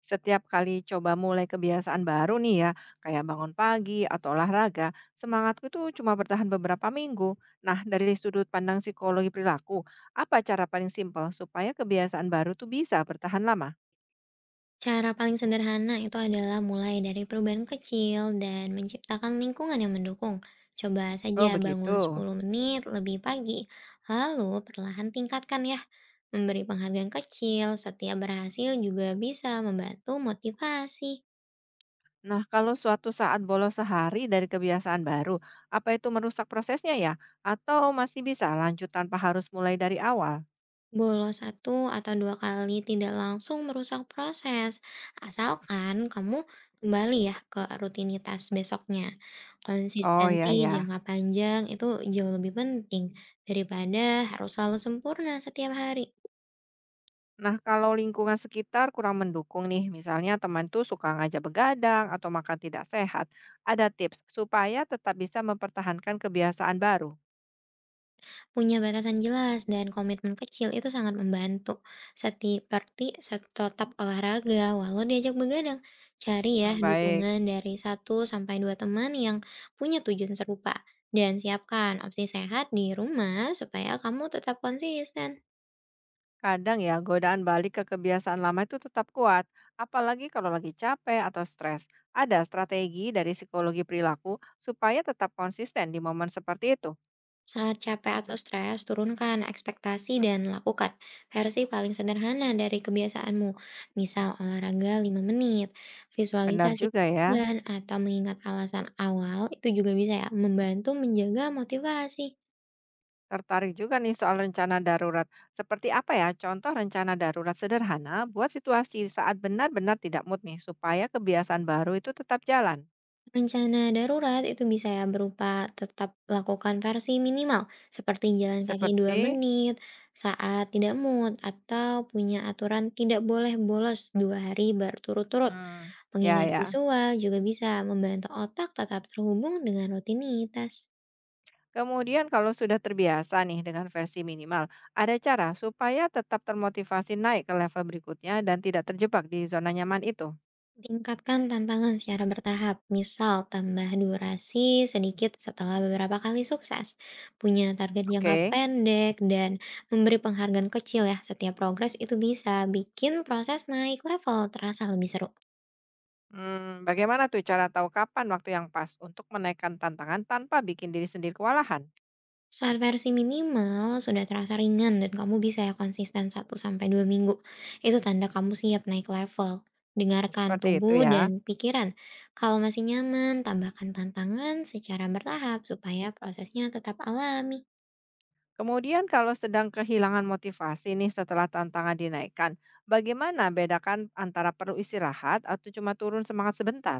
Setiap kali coba mulai kebiasaan baru nih ya, kayak bangun pagi atau olahraga, semangatku itu cuma bertahan beberapa minggu. Nah, dari sudut pandang psikologi perilaku, apa cara paling simpel supaya kebiasaan baru tuh bisa bertahan lama? Cara paling sederhana itu adalah mulai dari perubahan kecil dan menciptakan lingkungan yang mendukung. Coba Oh, saja begitu. bangun 10 menit lebih pagi, lalu perlahan tingkatkan ya. Memberi penghargaan kecil setiap berhasil juga bisa membantu motivasi. Nah, kalau suatu saat bolos sehari dari kebiasaan baru, apa itu merusak prosesnya ya? Atau masih bisa lanjut tanpa harus mulai dari awal? Bolos satu atau dua kali tidak langsung merusak proses, asalkan kamu kembali ya ke rutinitas besoknya. Oh Konsistensi ya ya. jangka panjang itu jauh lebih penting daripada harus selalu sempurna setiap hari. Nah, kalau lingkungan sekitar kurang mendukung nih, misalnya teman tuh suka ngajak begadang atau makan tidak sehat, ada tips supaya tetap bisa mempertahankan kebiasaan baru. Punya batasan jelas dan komitmen kecil itu sangat membantu. Seperti tetap olahraga walau diajak begadang. Cari ya Hmm, baik, dukungan dari satu sampai 2 teman yang punya tujuan serupa. Dan siapkan opsi sehat di rumah supaya kamu tetap konsisten. kadang ya godaan balik ke kebiasaan lama itu tetap kuat, apalagi kalau lagi capek atau stres. Ada strategi dari psikologi perilaku supaya tetap konsisten di momen seperti itu. Saat capek atau stres, turunkan ekspektasi dan lakukan versi paling sederhana dari kebiasaanmu. Misal olahraga 5 menit, Benar visualisasi juga ya. dan atau mengingat alasan awal itu juga bisa ya membantu menjaga motivasi. Tertarik juga nih soal rencana darurat. Seperti apa ya contoh rencana darurat sederhana buat situasi saat benar-benar tidak mood nih supaya kebiasaan baru itu tetap jalan. Rencana darurat itu bisa ya berupa tetap lakukan versi minimal, seperti jalan kaki 2 Seperti menit saat tidak mood atau punya aturan tidak boleh bolos 2 hari berturut-turut. hmm, ya Pengingat ya. visual juga bisa membantu otak tetap terhubung dengan rutinitas. Kemudian kalau sudah terbiasa nih dengan versi minimal, ada cara supaya tetap termotivasi naik ke level berikutnya dan tidak terjebak di zona nyaman itu. Tingkatkan tantangan secara bertahap, misal tambah durasi sedikit setelah beberapa kali sukses, punya target jangka Oke. pendek, dan memberi penghargaan kecil ya setiap progres itu bisa bikin proses naik level terasa lebih seru. Hmm, bagaimana tuh cara tahu kapan waktu yang pas untuk menaikkan tantangan tanpa bikin diri sendiri kewalahan? Saat versi minimal sudah terasa ringan dan kamu bisa ya konsisten satu sampai dua minggu, itu tanda kamu siap naik level. Dengarkan Seperti itu tubuh dan ya. pikiran. Kalau masih nyaman, tambahkan tantangan secara bertahap supaya prosesnya tetap alami. Kemudian kalau sedang kehilangan motivasi nih setelah tantangan dinaikkan, bagaimana bedakan antara perlu istirahat atau cuma turun semangat sebentar?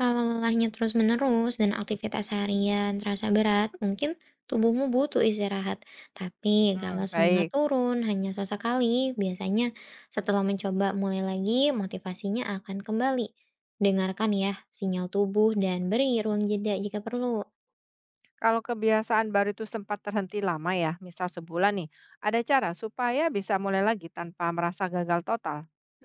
Kalau lelahnya terus-menerus dan aktivitas harian terasa berat, mungkin tubuhmu butuh istirahat. Tapi Hmm, kalau semangat baik. turun hanya sesekali, biasanya setelah mencoba mulai lagi, motivasinya akan kembali. Dengarkan ya sinyal tubuh dan beri ruang jeda jika perlu. Kalau kebiasaan baru itu sempat terhenti lama ya, misal sebulan nih, ada cara supaya bisa mulai lagi tanpa merasa gagal total?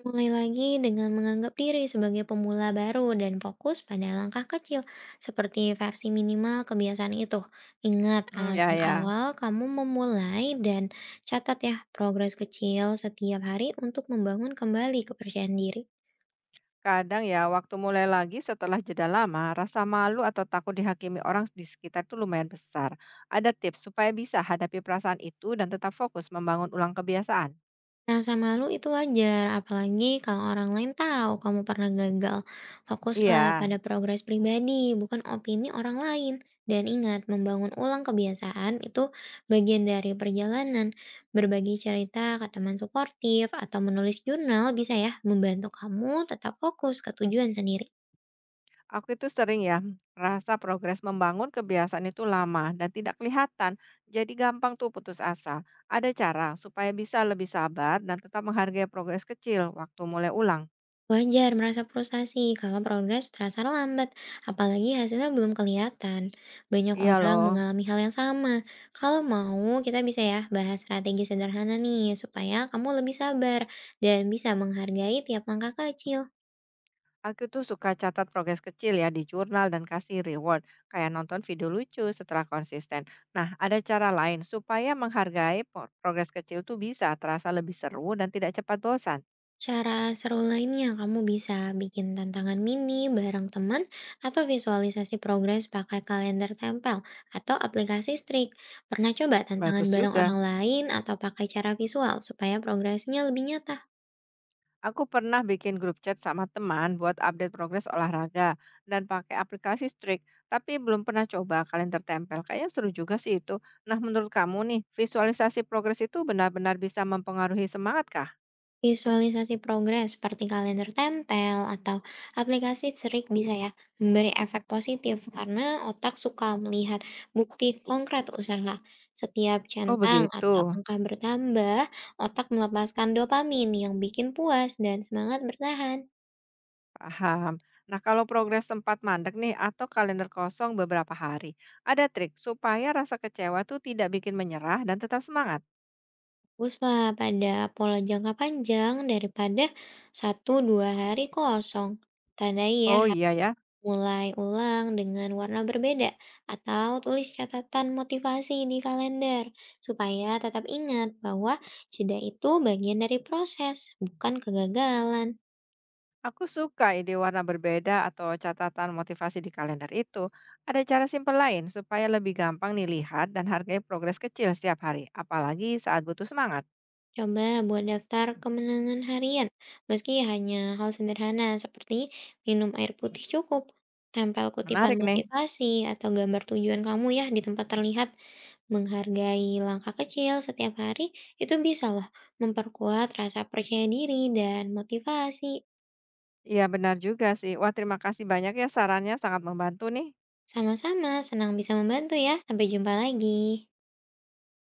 Mulai lagi dengan menganggap diri sebagai pemula baru dan fokus pada langkah kecil, seperti versi minimal kebiasaan itu. Ingat Hmm, ya alasan ya. awal kamu memulai dan catat ya progres kecil setiap hari untuk membangun kembali kepercayaan diri. Kadang ya waktu mulai lagi setelah jeda lama, rasa malu atau takut dihakimi orang di sekitar itu lumayan besar. Ada tips supaya bisa hadapi perasaan itu dan tetap fokus membangun ulang kebiasaan? Rasa malu itu wajar, apalagi kalau orang lain tahu kamu pernah gagal. Fokuslah Iya. pada progres pribadi, bukan opini orang lain. Dan ingat, membangun ulang kebiasaan itu bagian dari perjalanan. Berbagi cerita ke teman suportif atau menulis jurnal bisa ya membantu kamu tetap fokus ke tujuan sendiri. Aku itu sering ya rasa progres membangun kebiasaan itu lama dan tidak kelihatan, jadi gampang tuh putus asa. Ada cara supaya bisa lebih sabar dan tetap menghargai progres kecil waktu mulai ulang. Wajar merasa frustasi kalau progres terasa lambat, apalagi hasilnya belum kelihatan. Banyak Iya orang loh, mengalami hal yang sama. Kalau mau, kita bisa ya bahas strategi sederhana nih, supaya kamu lebih sabar dan bisa menghargai tiap langkah kecil. aku tuh suka catat progres kecil ya di jurnal dan kasih reward, kayak nonton video lucu setelah konsisten. Nah, ada cara lain supaya menghargai progres kecil tuh bisa terasa lebih seru dan tidak cepat bosan. Cara seru lainnya, kamu bisa bikin tantangan mini bareng teman atau visualisasi progres pakai kalender tempel atau aplikasi Streak. Pernah coba tantangan Bagus bareng juga. orang lain atau pakai cara visual supaya progresnya lebih nyata? Aku pernah bikin grup chat sama teman buat update progres olahraga dan pakai aplikasi Streak, tapi belum pernah coba kalender tempel. Kayaknya seru juga sih itu. Nah, menurut kamu nih, visualisasi progres itu benar-benar bisa mempengaruhi semangat kah? Visualisasi progres seperti kalender tempel atau aplikasi serik bisa ya memberi efek positif karena otak suka melihat bukti konkret usaha. Setiap Oh, centang begitu. atau angka bertambah, otak melepaskan dopamin yang bikin puas dan semangat bertahan. Paham. Nah, kalau progres sempat mandek nih atau kalender kosong beberapa hari, ada trik supaya rasa kecewa tuh tidak bikin menyerah dan tetap semangat. Fokuslah pada pola jangka panjang daripada satu dua hari kosong. Tandai ya Oh iya ya, Mulai ulang dengan warna berbeda atau tulis catatan motivasi di kalender supaya tetap ingat bahwa jeda itu bagian dari proses, bukan kegagalan. aku suka ide warna berbeda atau catatan motivasi di kalender itu. Ada cara simpel lain supaya lebih gampang nih lihat dan hargai progres kecil setiap hari, apalagi saat butuh semangat. Coba buat daftar kemenangan harian, meski hanya hal sederhana seperti minum air putih cukup, tempel kutipan Menarik nih. motivasi atau gambar tujuan kamu ya di tempat terlihat. Menghargai langkah kecil setiap hari itu bisa loh memperkuat rasa percaya diri dan motivasi. Iya benar juga sih. Wah, terima kasih banyak ya, sarannya sangat membantu nih. Sama-sama senang bisa membantu ya. Sampai jumpa lagi.